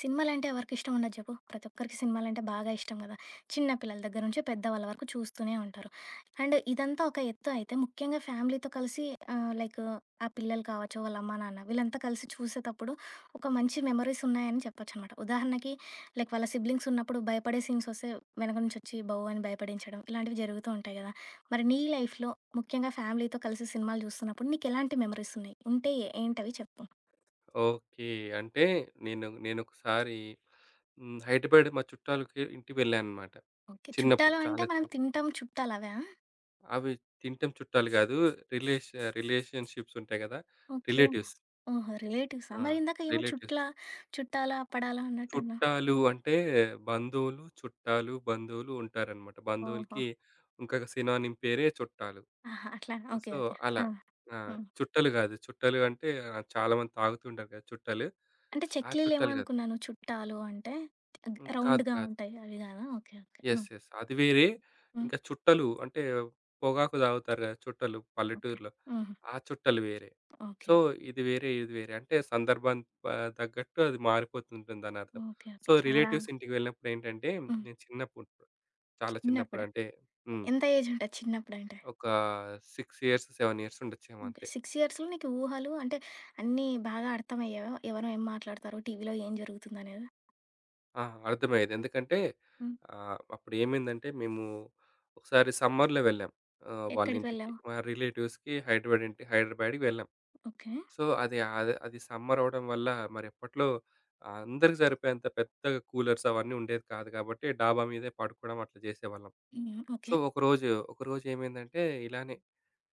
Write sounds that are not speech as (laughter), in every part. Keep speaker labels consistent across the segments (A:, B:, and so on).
A: సినిమాలంటే ఎవరికిష్టం ఉండదు చెప్పు? ప్రతి ఒక్కరికి సినిమాలంటే బాగా ఇష్టం కదా! చిన్న పిల్లల దగ్గర నుంచి పెద్దవాళ్ళ వరకు చూస్తూనే ఉంటారు. అండ్ ఇదంతా ఒక ఎత్తు అయితే, ముఖ్యంగా ఫ్యామిలీతో కలిసి లైక్ ఆ పిల్లలు కావచ్చు, వాళ్ళ అమ్మా, నాన్న వీళ్ళంతా కలిసి చూసేతప్పుడు ఒక మంచి మెమోరీస్ ఉన్నాయని చెప్పొచ్చనమాట. ఉదాహరణకి లైక్ వాళ్ళ సిబ్లింగ్స్ ఉన్నప్పుడు భయపడే సీన్స్ వస్తే వెనక నుంచి వచ్చి "బౌ" అని భయపడించడం ఇలాంటివి జరుగుతూ ఉంటాయి కదా! మరి నీ లైఫ్‌లో ముఖ్యంగా ఫ్యామిలీతో కలిసి సినిమాలు చూస్తున్నప్పుడు నీకెలాంటి మెమోరీస్ ఉన్నాయి? ఉంటే ఏంటవి చెప్పు?
B: ఓకే. అంటే నేనొకసారి హైదరాబాద్ మా చుట్టాలకి ఇంటికి వెళ్ళానన్నమాట.
A: ఓకే.
B: చిన్నప్పుడు
A: చుట్టాలు అంటే
B: చాలా
A: మనం
B: చిన్న
A: తింటాం చుట్టాలవా?
B: అవి తింటాం చుట్టాలు గాదు. రిలేష రిలేషన్‌షిప్స్ ఉంటాయి గదా!
A: ఓకే.
B: రిలేటివ్స్.
A: ఓహో! రిలేటివ్సా?
B: ఆ!
A: మరి ఇందాక ఏమో
B: రిలేటివ్స్.
A: చుట్టాలా, అప్పడాలా అన్నట్టన్నావు.
B: చుట్టాలు అంటే బంధువులు, చుట్టాలు, బంధువులు ఉంటారన్నమాట.
A: ఓహో!
B: బంధువులకి ఇంకొక సినానిమ్ పేరే చుట్టాలు.
A: ఆహా! అట్లానా? ఓకే.
B: So,
A: okay.
B: అలా.
A: ఆ!
B: ఆ!
A: హ్మ్.
B: చుట్టలు గాదు. చుట్టలు అంటే చాలా మంది తాగుతూ ఉంటారు గదా! చుట్టలు.
A: అంటే
B: ఆ
A: చెక్లీలేమో
B: చుట్టాలు గాదు.
A: అనుకున్నాను చుట్టాలు అంటే
B: కాదు.
A: రౌండ్‌గా
B: కాదు.
A: ఉంటాయి అవి గాదా? Okay. Okay.
B: Yes.
A: Hmm.
B: Yes. అది వేరే.
A: హ్మ్.
B: ఇంకా చుట్టలు అంటే పొగాకు తాగుతారు కదా! చుట్టలు
A: ఓకే.
B: పల్లెటూరులో.
A: హుహు.
B: ఆ చుట్టలు వేరే. So,
A: okay.
B: ఇది వేరే, ఇది వేరే. అంటే సందర్భానికి తగ్గట్టు అది మారిపోతుంటుందనర్థం.
A: ఓకే.
B: So,
A: okay. చాలా.
B: రిలేటివ్స్ ఇంటికి వెళ్ళినప్పుడేంటంటే
A: హ్మ్.
B: నేను చిన్నప్పుడు చాలా చిన్నప్పుడు
A: చిన్నప్పుడా?
B: అంటే హ్మ్.
A: ఎంత ఏజ్ ఉంటది చిన్నప్పుడంటే?
B: ఒక 6 ఇయర్స్, 7 ఇయర్స్ ఉండొచ్చేమో
A: ఓకే.
B: అంతే.
A: 6 ఇయర్స్‌లో నీకు ఊహలు అంటే అన్నీ బాగా అర్థమయ్యేవా? ఎవరు ఏం మాట్లాడతారు? టీవీలో ఏం జరుగుతుందనేదా?
B: ఆ! అర్థమయ్యేది. ఎందుకంటే
A: హ్మ్.
B: అప్పుడు ఏమైందంటే మేము ఒకసారి సమ్మర్‌లో వెళ్ళాం
A: ఎక్కడికి
B: వాళ్ళింటికి.
A: వెళ్ళావు?
B: మా రిలేటివ్స్‌కి హైదరాబాద్‌కి వెళ్ళాం.
A: ఓకే.
B: సో, అది సమ్మర్ అవ్వడం వల్ల మరి అప్పట్లో అందరికి సరిపోయేంత పెద్దగా కూలర్స్ అవన్నీ ఉండేది కాదు కాబట్టి డాబా మీదే పడుకోవడం అట్లా జేసేవాళ్ళం.
A: హ్మ్.
B: So,
A: okay.
B: ఒకరోజు ఏమైందంటే ఇలానే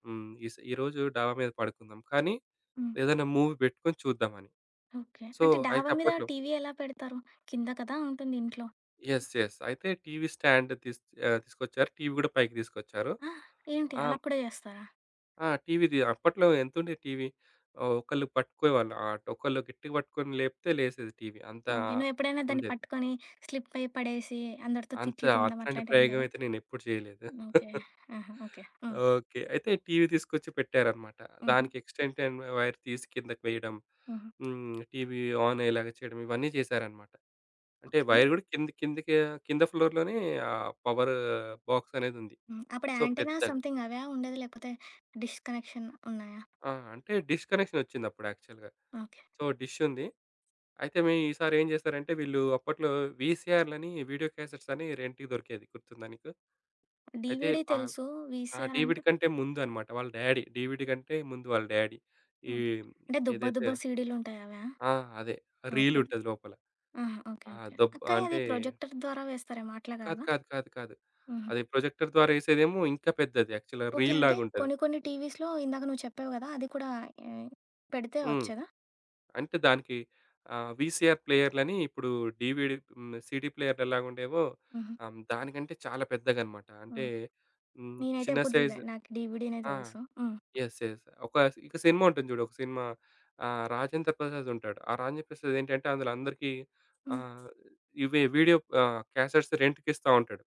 B: హ్మ్. ఈస్ ఈరోజు డాబా మీద పడుకుందాం. కానీ
A: హ్మ్.
B: ఏదైనా మూవీ పెట్టుకొని చూద్దామని.
A: ఓకే.
B: సో,
A: అంటే
B: అయితే
A: డాబా మీద
B: అప్పట్లో
A: టీవీ ఎలా పెడతారు? కింద కదా ఉంటుంది ఇంట్లో.
B: యెస్. యెస్. అయితే టీవీ స్టాండ్ తీస్ ఆహ్, తీసుకొచ్చారు. టీవీ గూడా పైకి తీసుకొచ్చారు.
A: ఆ! ఏంటి
B: ఆ!
A: అలా కూడా చేస్తారా?
B: ఆ! టీవీది అప్పట్లో ఎంతుండే టీవీ. ఒకళ్ళు పట్టుకునేవాళ్ళు. ఒకళ్ళు గట్టిగా పట్టుకొని లేపితే లేసేది టీవీ. అంత
A: ఓకే. నువ్వెప్పుడైనా దాన్ని
B: ఉండేది.
A: పట్టుకొని స్లిప్ అయ్యి పడేసి అందరితో
B: అంత
A: తిట్లు తినడం
B: అట్లాంటి
A: అట్లాంటివేం
B: ప్రయోగం
A: లేదా?
B: అయితే నేనెప్పుడు చేయలేదు.
A: ఓకే.
B: (laughs)
A: ఆహా! ఓకే. హ్మ్.
B: ఓకే. అయితే టీవీ తీసుకొచ్చి పెట్టారన్నమాట.
A: హుహు.
B: దానికి ఎక్స్‌టెన్షన్ వైర్ తీసి కిందకి వేయడం.
A: హుహు.
B: టీవీ ఆన్ అయ్యేలాగా చేయడం. ఇవన్నీ చేశారన్నమాట. అంటే
A: ఓకే.
B: వైర్ గూడా కిందకి కింద ఫ్లోర్‌లోనే ఆ పవర్ బాక్స్ అనేదుంది.
A: హ్మ్. అప్పుడు
B: సో,
A: యాంటెనా
B: పెద్దగా
A: సంథింగ్ అవా ఉండేది? లేకపోతే డిష్ కనెక్షన్ ఉన్నాయా?
B: ఆ! అంటే డిష్ కనెక్షన్ ఒచ్చిందప్పుడు యాక్చువల్‌గా.
A: ఓకే.
B: సో, డిష్ ఉంది. అయితే మీ ఈసారి ఏం చేశారంటే వీళ్ళు అప్పట్లో వీసీఆర్‌లని వీడియో క్యాసెట్స్ అని రెంట్‌కి దొరికేది. గుర్తుందా నీకు? అయితే
A: డీవీడీ
B: ఆహ్,
A: తెలుసు.
B: ఆ
A: వీసీఆర్
B: డీవీడీ
A: అంటే?
B: కంటే ముందన్నమాట. వాళ్ళ డ్యాడీ డీవీడీ కంటే ముందు వాళ్ళ డ్యాడీ. ఈ
A: ఓకే. అంటే దుబ్బ
B: ఏదైతే
A: దుబ్బ సీడీలుంటాయి అవా?
B: ఆ! అదే రీల్
A: ఓకే.
B: ఉంటది లోపల.
A: ఆహా! ఓకే.
B: ఆ!
A: ఓకే.
B: దబ్
A: కానీ అది
B: అంటే
A: ప్రొజెక్టర్ ద్వారా వేస్తారేమో అట్లా
B: కాదు,
A: కాదా?
B: కాదు, కాదు, కాదు.
A: హుహు.
B: అది ప్రొజెక్టర్ ద్వారా ఏసేదేమో ఇంకా పెద్దది యాక్చువల్‌గా
A: ఓకే. అంటే
B: రీల్‌లాగుంటది.
A: కొన్ని కొన్ని టీవీస్‌లో ఇందాక నువ్వు చెప్పావు గదా! అది కూడా ఆహ్, పెడితే
B: హ్మ్.
A: వచ్చేదా?
B: అంటే దానికి వీసీఆర్ ప్లేయర్‌లని ఇప్పుడు డీవీడీ సీడీ ప్లేయర్‌లు ఎలాగుండేవో
A: హుహు.
B: దానికంటే చాలా పెద్దగనమాట. అంటే
A: ఓకే.
B: హ్మ్.
A: నేనైతే
B: చిన్న
A: ఎప్పుడు
B: సైజ్
A: జూడలే. నాకు డీవీడీనే
B: ఆ!
A: తెలుసు. హ్మ్.
B: యెస్. యెస్. ఒక ఇక సినిమా ఉంటుంది చూడు. ఒక సినిమా రాజేంద్ర ప్రసాద్ ఉంటాడు. ఆ రాజేంద్ర ప్రసాద్ ఏంటంటే అందులో అందరికీ
A: హ్మ్.
B: ఆహ్, ఇవే వీడియో క్యాసెట్స్ రెంట్‌కిస్తా ఉంటాడు.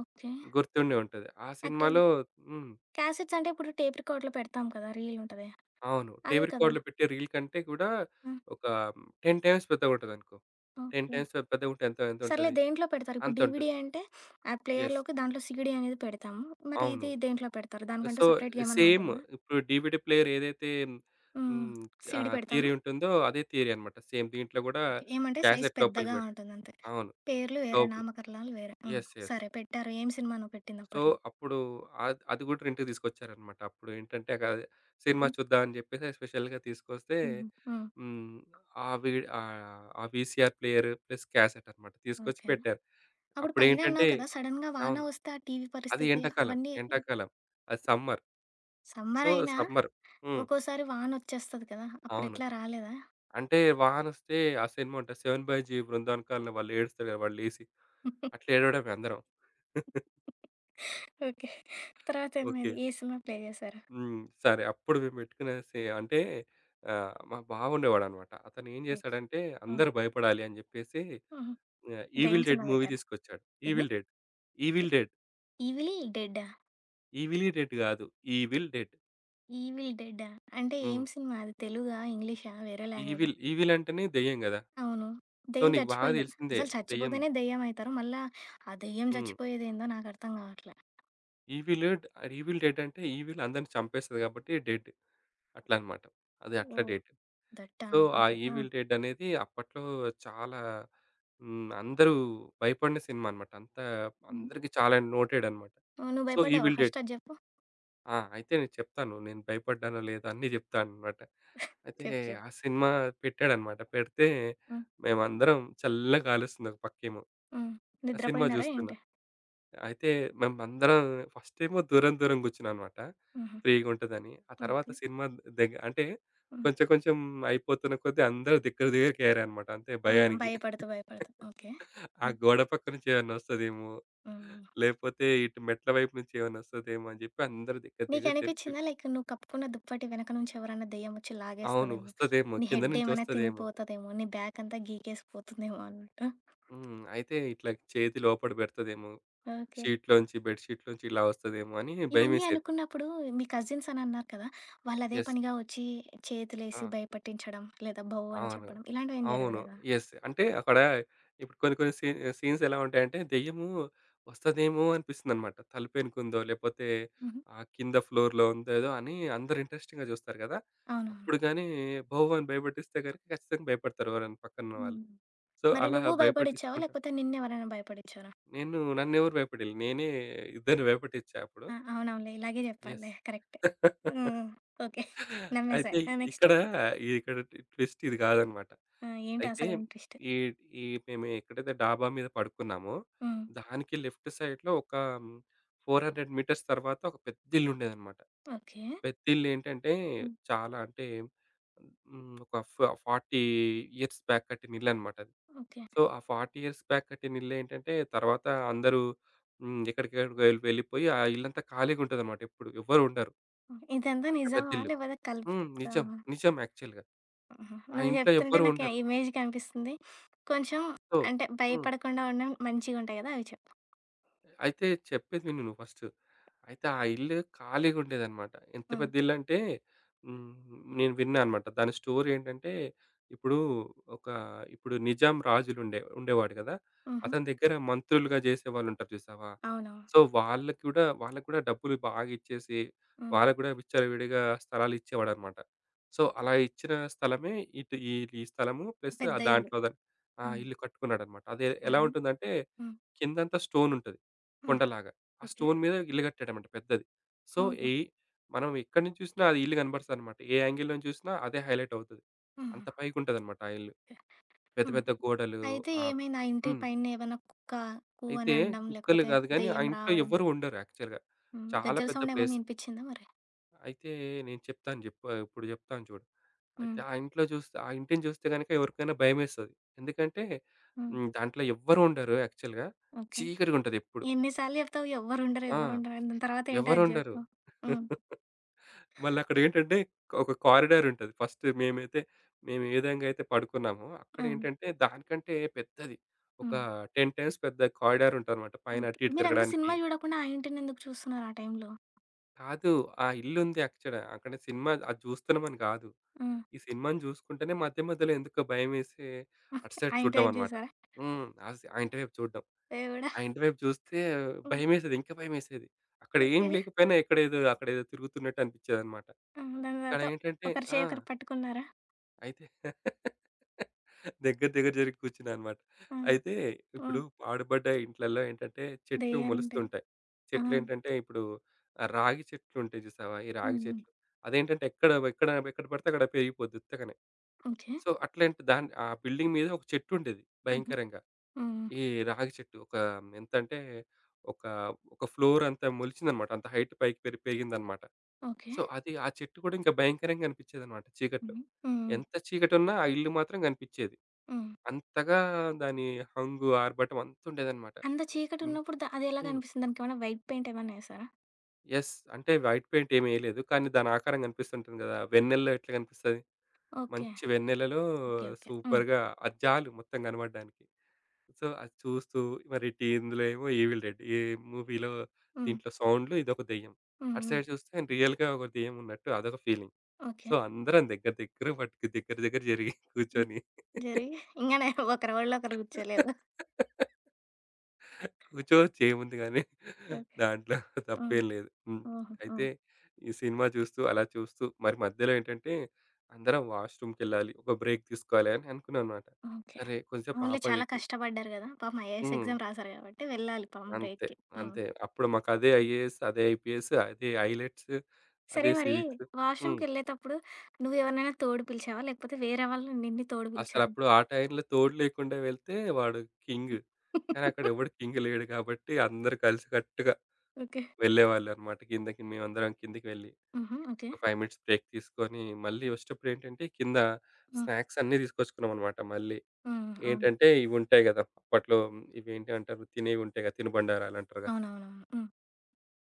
A: ఓకే.
B: గుర్తుండే ఉంటది. ఆ
A: అంటే
B: సినిమాలో హ్మ్.
A: క్యాసెట్స్ అంటే ఇప్పుడు టేప్ రికార్డ్‌లో పెడతాం కదా! రీల్ ఉంటది.
B: అవును. టేప్
A: అవే కదా!
B: రికార్డ్‌లో పెట్టే రీల్ కంటే కూడా
A: హ్మ్.
B: ఒక 10 టైమ్స్ పెద్దగుంటదనుకో. 10
A: ఓకే.
B: టైమ్స్ పెద్దగుంటే ఎంత
A: సర్లే
B: ఎంతుంటది?
A: దేంట్లో పెడతారు? ఇప్పుడు డీవీడీ
B: అంతుంటది.
A: అంటే ఆ
B: యెస్.
A: ప్లేయర్‌లోకి దాంట్లో సీడీ అనేది పెడతాము. మరి
B: అవును.
A: ఇది దేంట్లో పెడతారు?
B: సో,
A: దానికంటే సెపరేట్‌గా ఏమన్నా
B: సేమ్
A: ఉంటుందా?
B: ఇప్పుడు డీవీడీ ప్లేయర్ ఏదైతే
A: హ్మ్.
B: హ్మ్.
A: సీడీ పెడతామా?
B: థియరీ ఉంటుందో అదే థియరీ అన్నమాట. సేమ్ దీంట్లో గూడా
A: ఓకే. ఏమంటే సైజ్
B: క్యాసెట్ లోపలికి
A: పెద్దగా
B: పెట్టు
A: ఉంటుందంతే.
B: అవును.
A: పేర్లు వేరే,
B: లోపలికి.
A: నామకరణాలు వేరే. హ్మ్.
B: యెస్. యెస్.
A: సరే పెట్టారు. ఏం సినిమా నువ్వు
B: సో,
A: పెట్టిందప్పట్లో?
B: అప్పుడు అది గూడా రెంట్‌కి తీసుకొచ్చారన్నమాట. అప్పుడు ఏంటంటే సినిమా
A: హుహు.
B: చూద్దాం అని జెప్పేసి స్పెషల్‌గా తీసుకొస్తే
A: హుహు. హ్మ్.
B: హ్మ్. ఆ వీ ఆహ్, ఆ వీసీఆర్ ప్లేయర్ ప్లస్ క్యాసెట్ అన్నమాట. తీసుకొచ్చి
A: ఓకే.
B: పెట్టారు.
A: అప్పుడు
B: అప్పుడేంటంటే
A: పైనన్నావు కదా! సడెన్‌గా వాన
B: అవును.
A: వస్తే ఆ టీవీ
B: అది
A: పరిస్థితి
B: ఎండాకాలం.
A: అవన్నీ?
B: ఎండాకాలం. అది సమ్మర్. So,
A: సమ్మరయినా
B: summer. హ్మ్.
A: ఒక్కోసారి వానొచ్చేస్తది కదా!
B: అవును.
A: అప్పుడెట్లా రాలేదా?
B: అంటే వానొస్తే ఆ సినిమా ఉంటది 'seven by G' 'Brindavan colony' వాళ్ళు ఏడుస్తారు కదా! వాళ్ళు లేసి అట్లా ఏడవడమే అందరం. (laughs)
A: ఓకే. తర్వాత
B: ఓకే.
A: ఏమైంది? ఏ సినిమా ప్లే చేశారు?
B: హ్మ్. సరే. అప్పుడు మేము పెట్టుకునే సే అంటే మా బావ ఉండేవాడన్నమాట. అతను ఏం
A: ఓకే.
B: చేశాడంటే
A: హ్మ్.
B: అందరూ భయపడాలి అని చెప్పేసి
A: హుహు. దెయ్యం
B: 'ఈవిల్ డెడ్'
A: సినిమా
B: మూవీ
A: పెట్టారా?
B: తీసుకొచ్చాడు.
A: ఏంది?
B: 'ఈవిల్ డెడ్',
A: టి
B: 'ఈవిల్ డెడ్',
A: 'ఈవిల్ డెడ్డా'?
B: 'ఈవిలీ డెడ్' కాదు 'ఈవిల్ డెడ్'.
A: 'ఈవిల్ డెడ్డా' అంటే
B: హ్మ్.
A: ఏం సినిమా అది? తెలుగా? ఇంగ్లీషా? వేరే లాంగ్వేజా?
B: 'ఈవిల్' 'ఈవిల్' అంటేనే దెయ్యం కదా!
A: అవును.
B: సో,
A: దెయ్యం
B: నీకు బాగా
A: చచ్చిపోయింది.
B: తెలిసిందే
A: అసలు
B: దెయ్యం.
A: చచ్చిపోతేనే దెయ్యం అయితారు. మళ్ళా ఆ దెయ్యం
B: హ్మ్.
A: చచ్చిపోయేదేందో నాకర్థం కావట్లే.
B: ఈవిల్ డ్ ఈవిల్ డెడ్ అంటే ఈవిల్ అందరిని చంపేస్తది కాబట్టి డెడ్. అట్లా అన్నమాట. అది అట్లా
A: ఓహ్!
B: డెడ్.
A: దట్టా?
B: సో, ఆ
A: ఓకే. ఆ!
B: ఈవిల్ డెడ్ అనేది అప్పట్లో చాలా అందరూ భయపడిన సినిమా అన్నమాట. అంత
A: హ్మ్.
B: అందరికి చాలా నోటెడ్ అన్నమాట.
A: ఓహ్! నువ్వు
B: సో,
A: భయపడ్డావా
B: ఈవిల్ డెడ్
A: ఫస్ట్? అది జెప్పు.
B: ఆ! అయితే నేను చెప్తాను. నేను భయపడ్డానో లేదో అన్నీ చెప్తానన్నమాట. అయితే
A: చెప్పు. చెప్పు.
B: ఆ సినిమా పెట్టాడన్నమాట. పెడితే
A: హ్మ్.
B: మేమందరం చల్లగా గాలొస్తుంది ఒక పక్కేమో.
A: హ్మ్.
B: ఆ సినిమా
A: నిద్రపోయినారా
B: జూస్తున్నా.
A: ఏంటి?
B: అయితే మేమందరం ఫస్టేమో దూరం దూరం గూర్చున్నాననమాట.
A: హుహు.
B: ఫ్రీగుంటదని. ఆ తర్వాత
A: ఓకే.
B: సినిమా అంటే
A: హ్మ్.
B: కొంచెం కొంచెం అయిపోతున్న కొద్దీ అందరూ దగ్గర దగ్గరికయ్యారనమాట. అంతే
A: అవునా?
B: భయానికి.
A: భయపడుతూ, భయపడుతూ. ఓకే.
B: ఆ
A: హ్మ్.
B: గోడ పక్క నుంచి ఏమన్నా ఒస్తదేమో,
A: హ్మ్.
B: లేపోతే ఇటు మెట్ల వైపు నుంచి ఏమన్నా ఒస్తదేమో అని జెప్పి అందరూ దగ్గర దగ్గర జరిపి
A: నీకనిపిచ్చిందా లైక్ నువ్వు కప్పుకున్న దుప్పటి వెనక నుంచి ఎవరైనా దెయ్యం వచ్చి
B: అవును.
A: లాగేస్తదేమో?
B: ఒస్తదేమో.
A: నీ
B: కింద
A: హెడ్
B: నుంచి
A: ఏమైనా
B: ఒస్తదేమో.
A: తినిపోతదేమో? నీ బ్యాకంతా గీకేసిపోతుందేమో అన్నట్టు?
B: అయితే ఇట్లా చేతి లోపట బెడతదేమో.
A: ఓకే.
B: బెడ్ షీట్‌లోంచి ఇలా ఒస్తదేమో అని
A: ఇవన్నీ
B: భయమేసేది.
A: అనుకున్నప్పుడు మీ కజిన్స్ అని అన్నారు కదా! వాళ్ళు అదే
B: యెస్.
A: పనిగా వచ్చి
B: ఆ!
A: చేతులేసి భయపట్టించడం, లేదా భౌ అని
B: అవును.
A: చెప్పడం ఇలాంటివేం
B: అవును.
A: జరగలేదా?
B: యెస్. అంటే అక్కడ ఇప్పుడు కొన్ని కొన్ని సీన్స్ ఎలా ఉంటాయంటే దెయ్యము వస్తదేమో అనిపిస్తుందన్నమాట. తలుపెనకుందో లేపోతే
A: హుహు.
B: కింద ఫ్లోర్‌లో ఉందో ఏదో అని అందరూ ఇంట్రెస్టింగ్‌గా చూస్తారు గదా!
A: అవునవును.
B: అప్పుడు గాని భౌవ్ అని భయపెట్టిస్తే గనుక ఖచ్చితంగా భయపడతారు ఎవరైనా పక్కనున్న వాళ్ళు.
A: హ్మ్.
B: సో,
A: మరి
B: అలా
A: నువ్వు భయపడిచ్చావా?
B: భయపట్టించుకుంటా.
A: లేకపోతే నిన్నెవరైనా భయపడిచ్చారా?
B: నన్నెవరు భయపెట్టియలే. నేనే ఇద్దరిని భయపెట్టిచ్చా అప్పుడు.
A: ఆ! అవునవునులే. ఇలాగే
B: యెస్.
A: చెప్పాలిలే. కరెక్టే. హ్మ్.
B: (laughs)
A: హ్మ్. ఓకే. నమ్మేశా.
B: అయితే
A: ఆ! నెక్స్ట్?
B: ఇక్కడ ఇక్కడ ట్ ట్విస్ట్ ఇది కాదనమాట.
A: ఆ! ఏంటి
B: అయితే
A: అసలేం ట్విస్ట్?
B: ఈ ఈ మేము ఎక్కడైతే డాబా మీద పడుకున్నామో,
A: హ్మ్.
B: దానికి లెఫ్ట్ సైడ్‌లో ఒక 400 మీటర్స్ తర్వాత ఒక పెద్ద ఇల్లుండేదనమాట.
A: ఓకే.
B: పెద్ద ఇల్లేంటంటే
A: హ్మ్.
B: చాలా అంటే హ్మ్, ఒక ఫ 40 ఇయర్స్ బ్యాక్ కట్టిన ఇల్లనమాట అది.
A: ఓకే.
B: సో, ఆ 40 ఇయర్స్ బ్యాక్ కట్టిన ఇల్లేంటంటే తర్వాత అందరూ ఎక్కడికెక్కడికో వెళ్ళిపోయి ఆ ఇల్లంతా ఖాళీగుంటదనమాట ఎప్పుడు. ఎవ్వరు ఉండరు.
A: హ్మ్. ఇదంతా
B: అంత పెద్ద
A: నిజమా?
B: ఇల్లు.
A: లేకపోతే
B: నిజం.
A: కల్పితమా?
B: నిజం యాక్చువల్‌గా.
A: ఆహా!
B: ఆ
A: నువ్వు
B: ఇంట్లో
A: చెప్తుంటే
B: ఎవ్వరు
A: నాకు ఆ
B: ఉండరు.
A: ఇమేజ్ కనిపిస్తుంది. కొంచెం
B: సో
A: అంటే
B: హ్మ్.
A: భయపడకుండా ఉండడం మంచిగుంటాయి గదా! అవి చెప్పు.
B: అయితే చెప్పేది విను నువ్వు ఫస్ట్. అయితే ఆ ఇల్లు ఖాళీగుండేదనమాట. ఎంత
A: హ్మ్.
B: పెద్ద ఇల్లంటే హ్మ్. నేను విన్నా అనమాట. దాని స్టోరీ ఏంటంటే, ఇప్పుడు ఒక ఇప్పుడు నిజాం రాజులుండే ఉండేవాడు కదా!
A: హుహు.
B: అతని దగ్గర మంత్రులుగా చేసేవాళ్ళుంటారు చూసావా?
A: అవునవును.
B: సో, వాళ్ళకి కూడా డబ్బులు బాగా ఇచ్చేసి,
A: హ్మ్.
B: వాళ్ళకి కూడా విచ్చలవిడిగా స్థలాలు ఇచ్చేవాడనమాట. So,
A: okay.
B: అలా ఇచ్చిన స్థలమే ఇటు ఈ ఈ స్థలము ప్లస్
A: పెద్ద ఇల్లు.
B: దాంట్లో ద ఆ!
A: హ్మ్.
B: ఇల్లు కట్టుకున్నాడనమాట. అది ఎలా
A: సరే.
B: ఉంటుందంటే
A: హ్మ్.
B: కిందంతా స్టోనుంటది.
A: హ్మ్.
B: కొండలాగా. ఆ
A: ఓకే.
B: స్టోన్ మీద ఇల్లు కట్టాడన్నమాట పెద్దది. సో,
A: ఓహో!
B: ఈ మనం ఎక్కడి నుంచి చూసినా అది ఇల్లు కనపడతదన్నమాట. ఏ యాంగిల్ నుంచి చూసినా అదే హైలైట్ అవుతది.
A: హుహు.
B: అంత పైకుంటదన్నమాట ఆ ఇల్లు.
A: ఓకే.
B: పెద్ద
A: హ్మ్.
B: పెద్ద గోడలు
A: అయితే
B: ఆహ్,
A: ఏమైంది? ఆ ఇంటి
B: హ్మ్.
A: పైన ఏమైనా కుక్క కూ అని
B: అయితే
A: అనడం,
B: కుక్కలు
A: లేకపోతే
B: కాదు గానీ, ఆ
A: దెయ్యం
B: ఇంట్లో
A: రావడం,
B: ఎవ్వరు ఉండరు యాక్చువల్‌గా.
A: హ్మ్.
B: చాలా
A: గజ్జెల
B: పెద్ద
A: సౌండ్ ఏమన్నా
B: ప్లేస్.
A: వినిపిచ్చిందా మరి?
B: అయితే నేను చెప్తాను చెప్పు ఇప్పుడు చెప్తాను చూడు. అయితే
A: హ్మ్.
B: ఆ ఇంటిని చూస్తే గనుక ఎవరికైనా భయమేస్తది. ఎందుకంటే
A: హ్మ్.
B: దాంట్లో ఎవ్వరు ఉండరు యాక్చువల్‌గా.
A: ఓకే.
B: చీకటిగుంటది ఎప్పుడు.
A: ఎన్ని సార్లు చెప్తావు ఎవ్వరుండరు,
B: ఆ!
A: ఎవ్వరుండరు అని. దాని తర్వాత ఏంటో అది
B: ఎవరుండరు.
A: జెప్పు? హ్మ్.
B: (laughs) మళ్ళక్కడేంటంటే ఒక కారిడార్ ఉంటది. ఫస్ట్ మేము ఏ విధంగా అయితే పడుకున్నామో,
A: ఆ!
B: అక్కడేంటంటే దానికంటే పెద్దది. ఒక
A: హ్మ్.
B: 10 టైమ్స్ పెద్ద కారిడార్ ఉంటదనమాట. పైన
A: ఓకే.
B: అటు ఇటు
A: మీరంతా
B: తిరగడానికి.
A: సినిమా చూడకుండా ఆ ఇంటినెందుకు చూస్తున్నారు ఆ టైంలో?
B: కాదు. ఆ ఇల్లుంది యాక్చువల్‌గా. అక్కడ సినిమా అది చూస్తున్నామని గాదు.
A: హ్మ్.
B: ఈ సినిమాని చూసుకుంటేనే మధ్య మధ్యలో ఎందుకో భయమేసి అటు సైడ్
A: ఆ ఇంటి
B: చూడ్డం
A: వైపు
B: అనమాట.
A: చూసారా?
B: హ్మ్. ఆస్ ఆ ఇంటి వైపు చూడ్డం.
A: దేవుడా!
B: ఆ ఇంటి వైపు చూస్తే
A: హ్మ్.
B: భయమేసేది. ఇంకా భయమేసేది. అక్కడేం
A: ఓకే.
B: లేకపోయినా ఇక్కడేదో అక్కడేదో తిరుగుతున్నట్టు అనిపిచ్చేదనమాట.
A: ఆ! దాని
B: అక్కడ
A: తర్వాత
B: ఏంటంటే
A: ఒకరి
B: ఆ!
A: చేయి ఒకరు పట్టుకున్నారా?
B: అయితే (laughs) దగ్గర దగ్గర జరిగి కూర్చున్నానన్నమాట.
A: ఆ!
B: అయితే
A: హ్మ్.
B: ఇప్పుడు పాడుబడ్డ ఇంట్లల్లో ఏంటంటే చెట్లు
A: దెయ్యాలుంటాయి.
B: మొలుస్తుంటాయి.
A: ఆ! హ్మ్.
B: చెట్లేంటంటే ఇప్పుడు రాగి చెట్లుంటాయి చూసావా? ఈ రాగి
A: హ్మ్.
B: చెట్లు. అదేంటంటే ఎక్కడ ఎక్కడ ఎక్కడ పడితే అక్కడ పెరిగిపోద్ది ఉత్తగనే.
A: ఓకే.
B: సో, అట్లాంటి దాన్ని ఆ బిల్డింగ్ మీద ఒక చెట్టుండేది
A: హుహు.
B: భయంకరంగా.
A: హ్మ్.
B: ఈ రాగి చెట్టు ఒక ఎంతంటే ఒక, ఒక ఫ్లోర్ అంతా మొలిచిందన్నమాట. అంత హైట్ పైకి పెరిగిందన్నమాట.
A: ఓకే.
B: సో, అది ఆ చెట్టు కూడా ఇంకా భయంకరంగా అనిపించేదన్నమాట చీకట్లో.
A: హుహు. హ్మ్.
B: ఎంత చీకటున్నా ఆ ఇల్లు మాత్రం కనిపిచ్చేది.
A: హ్మ్.
B: అంతగా దాని హంగు, ఆర్భటం అంతుండేదనమాట.
A: అంత
B: హ్మ్.
A: చీకటున్నప్పుడు అదెలా
B: హ్మ్.
A: కనిపిస్తుంది? దానికేమైనా వైట్ పెయింట్ ఏమన్నా ఏసారా?
B: యెస్. అంటే వైట్ పెయింట్ ఏమెయలేదు. కానీ దాని ఆకారం కనిపిస్తుంటుంది గదా! వెన్నెల్లో ఎట్లా కనిపిస్తది?
A: ఓకే.
B: మంచి వెన్నెలలో
A: ఓకే. ఓకే. హ్మ్.
B: సూపర్‌గా అది జాలు మొత్తం కనబడడానికి. సో, అది చూస్తూ మరి టీ ఇందులో ఏమో 'ఈవిల్ డెడ్' మూవీలో
A: హ్మ్.
B: దీంట్లో సౌండ్‌లు ఇదొక దెయ్యం.
A: హ్మ్.
B: అటు సైడ్
A: హ్మ్.
B: చూస్తే రియల్‌గా ఒక దెయ్యం ఉన్నట్టు అదొక ఫీలింగ్.
A: ఓకే.
B: సో, అందరం దగ్గర దగ్గర మటుకు దగ్గర దగ్గర జరిగి
A: హ్మ్.
B: కూర్చొని
A: జరిగి ఇంగ నే ఒకరి ఒళ్ళో ఒకరు కూర్చోలేదు.
B: (laughs) కూర్చోవచ్చు ఏముంది గానీ
A: ఓకే.
B: దాంట్లో
A: హ్మ్.
B: తప్పేం లేదు.
A: ఓహో!
B: అయితే
A: హ్మ్.
B: ఈ సినిమా చూస్తూ, అలా చూస్తూ మరి మధ్యలో ఏంటంటే అందరం వాష్‌రూమ్‌కెళ్ళాలి. ఒక బ్రేక్ తీసుకోవాలి అని అనుకున్నానన్నమాట.
A: ఓకే.
B: సరే కొంచెంసేపు
A: అవునులే. చాలా
B: ఆపండి.
A: కష్టపడ్డారు గదా! పాపం ఐఏఎస్
B: హ్మ్.
A: ఎగ్జామ్ రాసారు గాబట్టి వెళ్ళాలి పాపం
B: అంతే.
A: బ్రేక్‌కి. హ్మ్.
B: అంతే. అప్పుడు మాకదే ఐఏఎస్, అదే ఐపీఎస్, అదే ఐలెట్స్,
A: సరే
B: అదే
A: మరి
B: సివిక్స్. హ్మ్.
A: వాష్‌రూమ్‌కెళ్ళేతప్పుడు నువ్వెవరినైనా తోడు పిలిచావా? లేకపోతే వేరే వాళ్ళు నిన్ను తోడు పిలిచారా?
B: అసలప్పుడు ఆ టైంలో తోడు లేకుండా వెళ్తే వాడు కింగ్. కానీ అక్కడ
A: (laughs)
B: ఎవడు కింగ్ లేడు కాబట్టి అందరూ కలిసికట్టుగా
A: ఓకే.
B: వెళ్ళేవాళ్ళన్నమాట కిందకి మేమందరం కిందకి వెళ్ళి.
A: హుహు. ఓకే.
B: ఒక 5 మినిట్స్ బ్రేక్ తీసుకొని, మళ్ళీ వచ్చేటప్పుడేంటంటే కింద
A: హ్మ్.
B: స్నాక్స్ అన్నీ తీసుకొచ్చుకున్నామనమాట మళ్ళీ.
A: హ్మ్. అవును.
B: ఏంటంటే ఇవుంటాయి గదా! అప్పట్లో ఇవేంటంటారు తినేవుంటాయి గదా! తినుబండారాలంటారు గదా!
A: అవునవునవును. హ్మ్.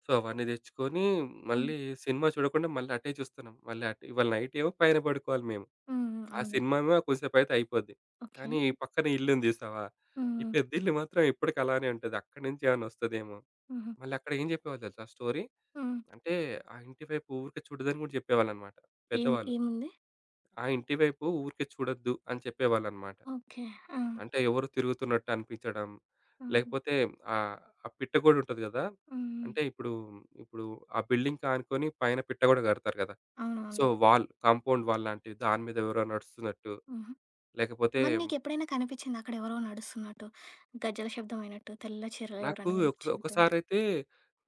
B: సో, అవన్నీ తెచ్చుకొని
A: హ్మ్.
B: మళ్ళీ సినిమా చూడకుండా మళ్ళీ అటే చూస్తున్నాం. మళ్ళీ అటే ఇవాళ నైటేమో పైన పడుకోవాలి మేము.
A: హ్మ్. హ్మ్.
B: ఆ
A: అవునులే.
B: సినిమా ఏమో కొంసేపయితే అయిపోద్ది.
A: ఓకే.
B: కానీ ఈ పక్కన ఇల్లుంది చూసావా? ఈ
A: హ్మ్.
B: పెద్దిల్లు మాత్రం ఇప్పటికి అలానే ఉంటది. అక్కడి నుంచి ఏమన్నా వస్తదేమో!
A: హుహు.
B: మళ్ళక్కడ ఏం చెప్పేవాళ్ళు తెలుసా స్టోరీ?
A: హ్మ్.
B: అంటే ఆ ఇంటి వైపు ఊరికే చూడదని గూడా చెప్పేవాళ్ళనమాట
A: ఏం
B: పెద్దవాళ్ళు.
A: ఏముంది?
B: ఆ ఇంటి వైపు ఊరికే చూడొద్దు అని చెప్పేవాళ్ళనమాట.
A: ఓకే. ఆ!
B: అంటే ఎవరో తిరుగుతున్నట్టు అనిపించడం,
A: ఆహా!
B: లేకపోతే ఆహ్, ఆ పిట్ట గోడ ఉంటది గదా!
A: హ్మ్. హ్మ్.
B: అంటే ఇప్పుడు ఆ బిల్డింగ్‌కి ఆనుకొని పైన పిట్ట గోడ గడతారు గదా! సో,
A: అవునవునులే.
B: వాల్, కాంపౌండ్ వాల్ లాంటివి దాని మీద ఎవరో నడుస్తున్నట్టు,
A: హుహు.
B: లేకపోతే
A: మరి నీకెప్పుడైనా కనిపిచ్చిందా అక్కడెవరో నడుస్తున్నట్టు? గజ్జెల శబ్దం అయినట్టు, తెల్ల చీరలో
B: నాకు
A: ఎవరైనా
B: ఒక
A: కనిపిచ్చినట్టు?
B: ఒకసారైతే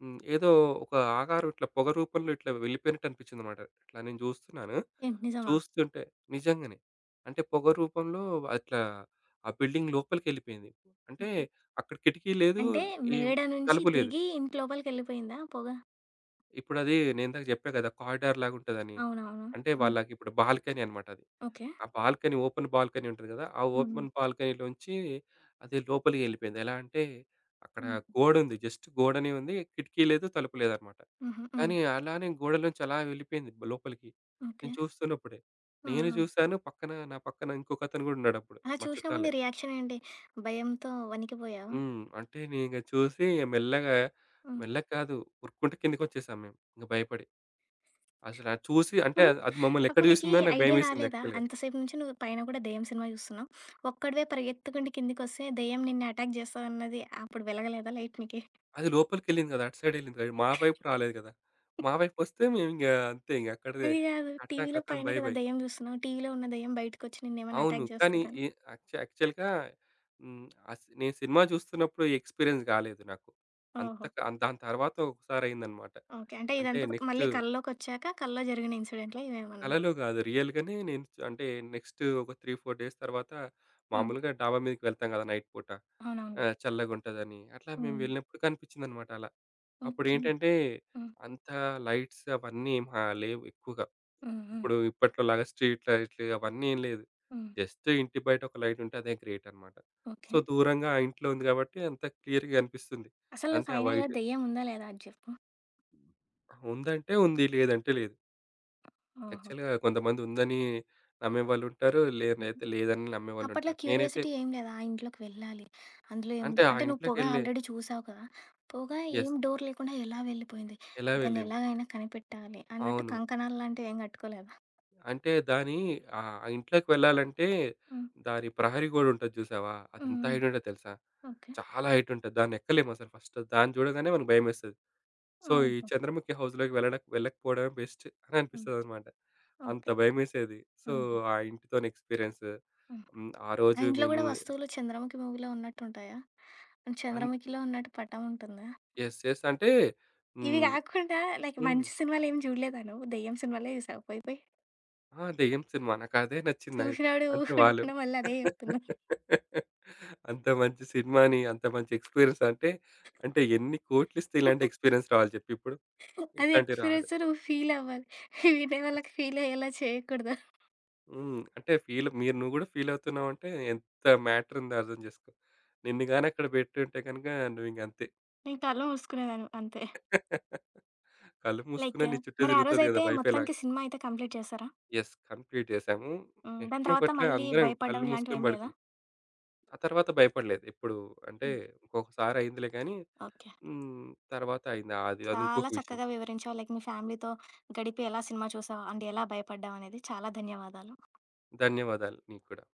B: ఏదో ఒక ఆకారం ఇట్లా పొగ రూపంలో ఇట్లా వెళ్ళిపోయినట్టు అనిపించిందన్నమాట. ఇట్లా నేను చూస్తున్నాను.
A: ఏంటి నిజమా?
B: చూస్తుంటే నిజంగానే. అంటే పొగ రూపంలో అట్లా ఆ బిల్డింగ్ లోపలికెళ్ళిపోయింది. అంటే
A: ఓకే.
B: అక్కడ కిటికీ లేదు.
A: అంటే
B: ఏం
A: మేడ నుంచి
B: తలుపు లేదు.
A: దిగి ఇంటి లోపలికెళ్ళిపోయిందా పొగ?
B: ఇప్పుడది నేనిందాక జెప్పా గదా! కారిడార్‌లాగా ఉంటదని.
A: అవునవును.
B: అంటే
A: హ్మ్.
B: వాళ్ళకిప్పుడు బాల్కనీ అనమాట అది.
A: ఓకే.
B: ఆ బాల్కనీ ఓపెన్ బాల్కనీ ఉంటది గదా! ఆ
A: హ్మ్.
B: ఓపెన్ బాల్కనీలోంచి అది లోపలికి ఎళ్ళిపోయింది. ఎలా అంటే అక్కడ
A: హ్మ్.
B: గోడుంది. జస్ట్ గోడనే ఉంది. కిటికీ లేదు, తలుపు లేదనమాట.
A: హుహు. హ్మ్.
B: కానీ అలానే గోడలోంచి అలా వెళ్ళిపోయింది లోపలికి.
A: ఓకే.
B: నేను చూస్తున్నప్పుడే.
A: హ్మ్.
B: నేను
A: హ్మ్.
B: చూసాను నా పక్కన ఇంకొకతను గూడా ఉన్నాడప్పుడు.
A: అలా
B: మా
A: చూసినప్పుడు
B: చుట్టాలే.
A: నీ రియాక్షన్ ఏంటి? భయంతో వణికిపోయావా?
B: అంటే నేనింగ చూసి మెల్లగా
A: హ్మ్.
B: మెల్లగా కాదు ఉరుక్కుంట కిందకొచ్చేసాం మేము ఇంగ భయపడి. అసల అది చూసి అంటే
A: అప్పుడు,
B: అది అది మమ్మల్ని ఎక్కడ
A: అప్పుడు నీకీ
B: చూసిందో నాకు
A: ఐడియా
B: భయమేసింది
A: రాలేదా?
B: యాక్చువల్‌గా.
A: అంతసేపు నుంచి నువ్వు పైన కూడా దెయ్యం సినిమా చూస్తున్నావు. ఒక్కడివే పరిగెత్తుకుంటూ కిందికొస్తే దెయ్యం నిన్ను అటాక్ చేస్తదన్నది అప్పుడు వెలగలేదా లైట్ నీకి?
B: అది లోపలికెళ్ళింది కదా! అటు సైడ్ ఎళ్ళింది. మా వైపు రాలేదు కదా! మా వైపొస్తే మేమింక అంతే ఇంక అక్కడిదే
A: అది కాదు
B: కట్టా
A: టీవీలో
B: కథం
A: పైన
B: బై
A: కదా
B: బై.
A: దెయ్యం చూస్తున్నావు. టీవీలో ఉన్న దెయ్యం బయటకొచ్చి నిన్నేమైనా
B: అవును.
A: అటాక్
B: కానీ
A: చేస్తదని.
B: ఈ యాక్చు యాక్చువల్‌గా హ్మ్. అస్ నేను సినిమా చూస్తున్నప్పుడు ఈ ఎక్స్‌పీరియన్స్ కాలేదు నాకు.
A: ఓహో!
B: అంతక దాని తర్వాత ఒకసారి అయిందన్నమాట.
A: ఓకే. అంటే
B: అంటే
A: ఇదంతా
B: నెక్స్ట్
A: మళ్ళీ కల్లోకొచ్చాక కల్లో జరిగిన ఇన్సిడెంట్‌లా ఇవేమన్నా?
B: కలలో కాదు. రియల్‌గానే నేను అంటే నెక్స్ట్ ఒక 3, 4 డేస్ తర్వాత
A: హ్మ్.
B: మామూలుగా డాబా మీదకి వెళ్తాం కదా! నైట్ పూట.
A: అవునవునులే.
B: చల్లగుంటదని. అట్లా మేము
A: హ్మ్.
B: వెళ్ళినప్పుడు కనిపించిందనమాట అలా.
A: ఓకే.
B: అప్పుడేంటంటే
A: హ్మ్.
B: అంత లైట్స్ అవన్నీ లేవు ఎక్కువగా.
A: హ్మ్. హ్మ్.
B: ఇప్పట్లోలాగా స్ట్రీట్ లైట్లు అవన్నీ ఏం లేదు.
A: హ్మ్.
B: జస్ట్ ఇంటి బయట ఒక లైట్ ఉంటే అదే గ్రేట్ అనమాట. So,
A: okay.
B: దూరంగా ఆ ఇంట్లో ఉంది కాబట్టి అంత క్లియర్‌గా కనిపిస్తుంది.
A: అసలు
B: అంటే ఆ
A: ఫైనల్‌గా
B: వైట్
A: దెయ్యం ఉందా లేదా అది జెప్పు?
B: ఉందంటే ఉంది. లేదంటే లేదు.
A: ఓహో!
B: యాక్చువల్‌గా కొంతమందుందని నమ్మేవాళ్ళుంటారు.
A: హుహు.
B: లేనైతే లేదని
A: అప్పట్లో
B: నమ్మేవాళ్ళుంటారు. నేనైతే
A: క్యూరియాసిటీ ఏం లేదా? ఆ ఇంట్లోకి వెళ్ళాలి. అందులో
B: అంటే
A: ఏముందో
B: ఆ
A: అంటే నువ్వు పొగ
B: ఇంట్లోకెళ్ళి
A: ఆల్రెడీ చూసావు కదా! పొగ ఏం
B: యెస్.
A: డోర్ లేకుండా ఎలా వెళ్ళిపోయింది?
B: ఎలా
A: దాన్ని
B: వెళ్ళింది.
A: ఎలాగైనా కనిపెట్టాలి అన్నట్టు
B: అవును.
A: కంకణాలు లాంటివి ఏం గట్టుకోలేదా?
B: అంటే దాని ఆ ఇంట్లోకి వెళ్ళాలంటే
A: హ్మ్.
B: దాని ప్రహరీ గోడుంటది జూసావా?
A: హ్మ్.
B: అదెంత
A: హ్మ్.
B: హైటుంటదో తెలుసా?
A: ఓకే.
B: చాలా హైటుంటది. దాన్నెక్కలేమసలు ఫస్ట్. దాన్ని చూడగానే మనకు భయమేస్తది. సో, ఈ
A: ఓహో!
B: చంద్రముఖి హౌస్‌లోకి వెళ్ళకపోవడమే బెస్ట్ అని
A: హ్మ్.
B: అనిపిస్తదనమాట. అంత
A: ఓకే.
B: భయమేసేది. సో,
A: హుహు.
B: ఆ ఇంటితోని ఎక్స్‌పీరియన్స్.
A: హ్మ్.
B: ఆ
A: ఆ
B: రోజు
A: ఇంట్లో
B: మేము
A: గూడా వస్తువులు 'చంద్రముఖి' మూవీలో ఉన్నట్టుంటాయా?
B: అన్
A: 'చంద్రముఖిలో' ఉన్నట్టు పటం ఉంటుందా?
B: యెస్. యెస్. అంటే
A: ఇవి
B: హ్మ్.
A: గాకుండా లైక్
B: హ్మ్.
A: మంచి సినిమాలేమి జూడలేదా నువ్వు? దెయ్యం సినిమాలే జూసావా పోయి పోయి?
B: ఆ! దెయ్యం సినిమా. నాకదే నచ్చింది.
A: చూసినప్పుడు ఊహ
B: అంటే వాళ్ళు
A: ఉండకుండా మళ్ళీ అదే జెప్తున్నావు.
B: అంత మంచి సినిమాని, అంత మంచి ఎక్స్‌పీరియన్స్ అంటే, అంటే ఎన్ని కోట్లిస్తే ఇలాంటి ఎక్స్‌పీరియన్స్ రావాలి చెప్పు ఇప్పుడు?
A: అది
B: ఇట్లాంటివి రాదు.
A: ఎక్స్‌పీరియన్స్ నువ్వు ఫీలవ్వాలి. వినే వాళ్ళకి ఫీలయ్యేలా చేయకూడదు.
B: అంటే ఫీల్ మీరు నువ్వు గూడా ఫీలవుతున్నావంటే ఎంత మ్యాటరుందో అర్థం జేసుకో. నిన్ను గాని అక్కడ బెట్టుంటే గనుక నువ్వింక అంతే.
A: నేను కళ్ళు మూసుకునేదాన్ని అంతే.
B: కళ్ళు మూసుకున్నా
A: లైక్
B: నీ చుట్టే
A: మరి ఆ
B: తిరుగుతది గదా!
A: రోజైతే
B: వైఫై లాగా.
A: మొత్తానికి సినిమా అయితే కంప్లీట్ చేశారా?
B: యెస్. కంప్లీట్ జేశాము.
A: హ్మ్. దాని
B: ఎట్నో
A: తర్వాత
B: గట్ల
A: మళ్ళీ
B: అందరం కళ్ళు
A: భయపడడం
B: మూసుకొని
A: ఇలాంటివేం లేదా?
B: పడుకున్నాం. ఆ తర్వాత భయపడలేదు. ఎప్పుడు అంటే
A: హ్మ్.
B: ఒక్కొక్కసారి అయిందిలే కానీ,
A: ఓకే.
B: తర్వాత అయింది. అది అది ఇంకొక
A: చాలా
B: విషయం.
A: చక్కగా వివరించావు. లైక్ మీ ఫ్యామిలీతో గడిపి ఎలా సినిమా చూసావు? అండ్ ఎలా భయపడ్డావనేది. చాలా ధన్యవాదాలు.
B: ధన్యవాదాలు నీకు కూడా.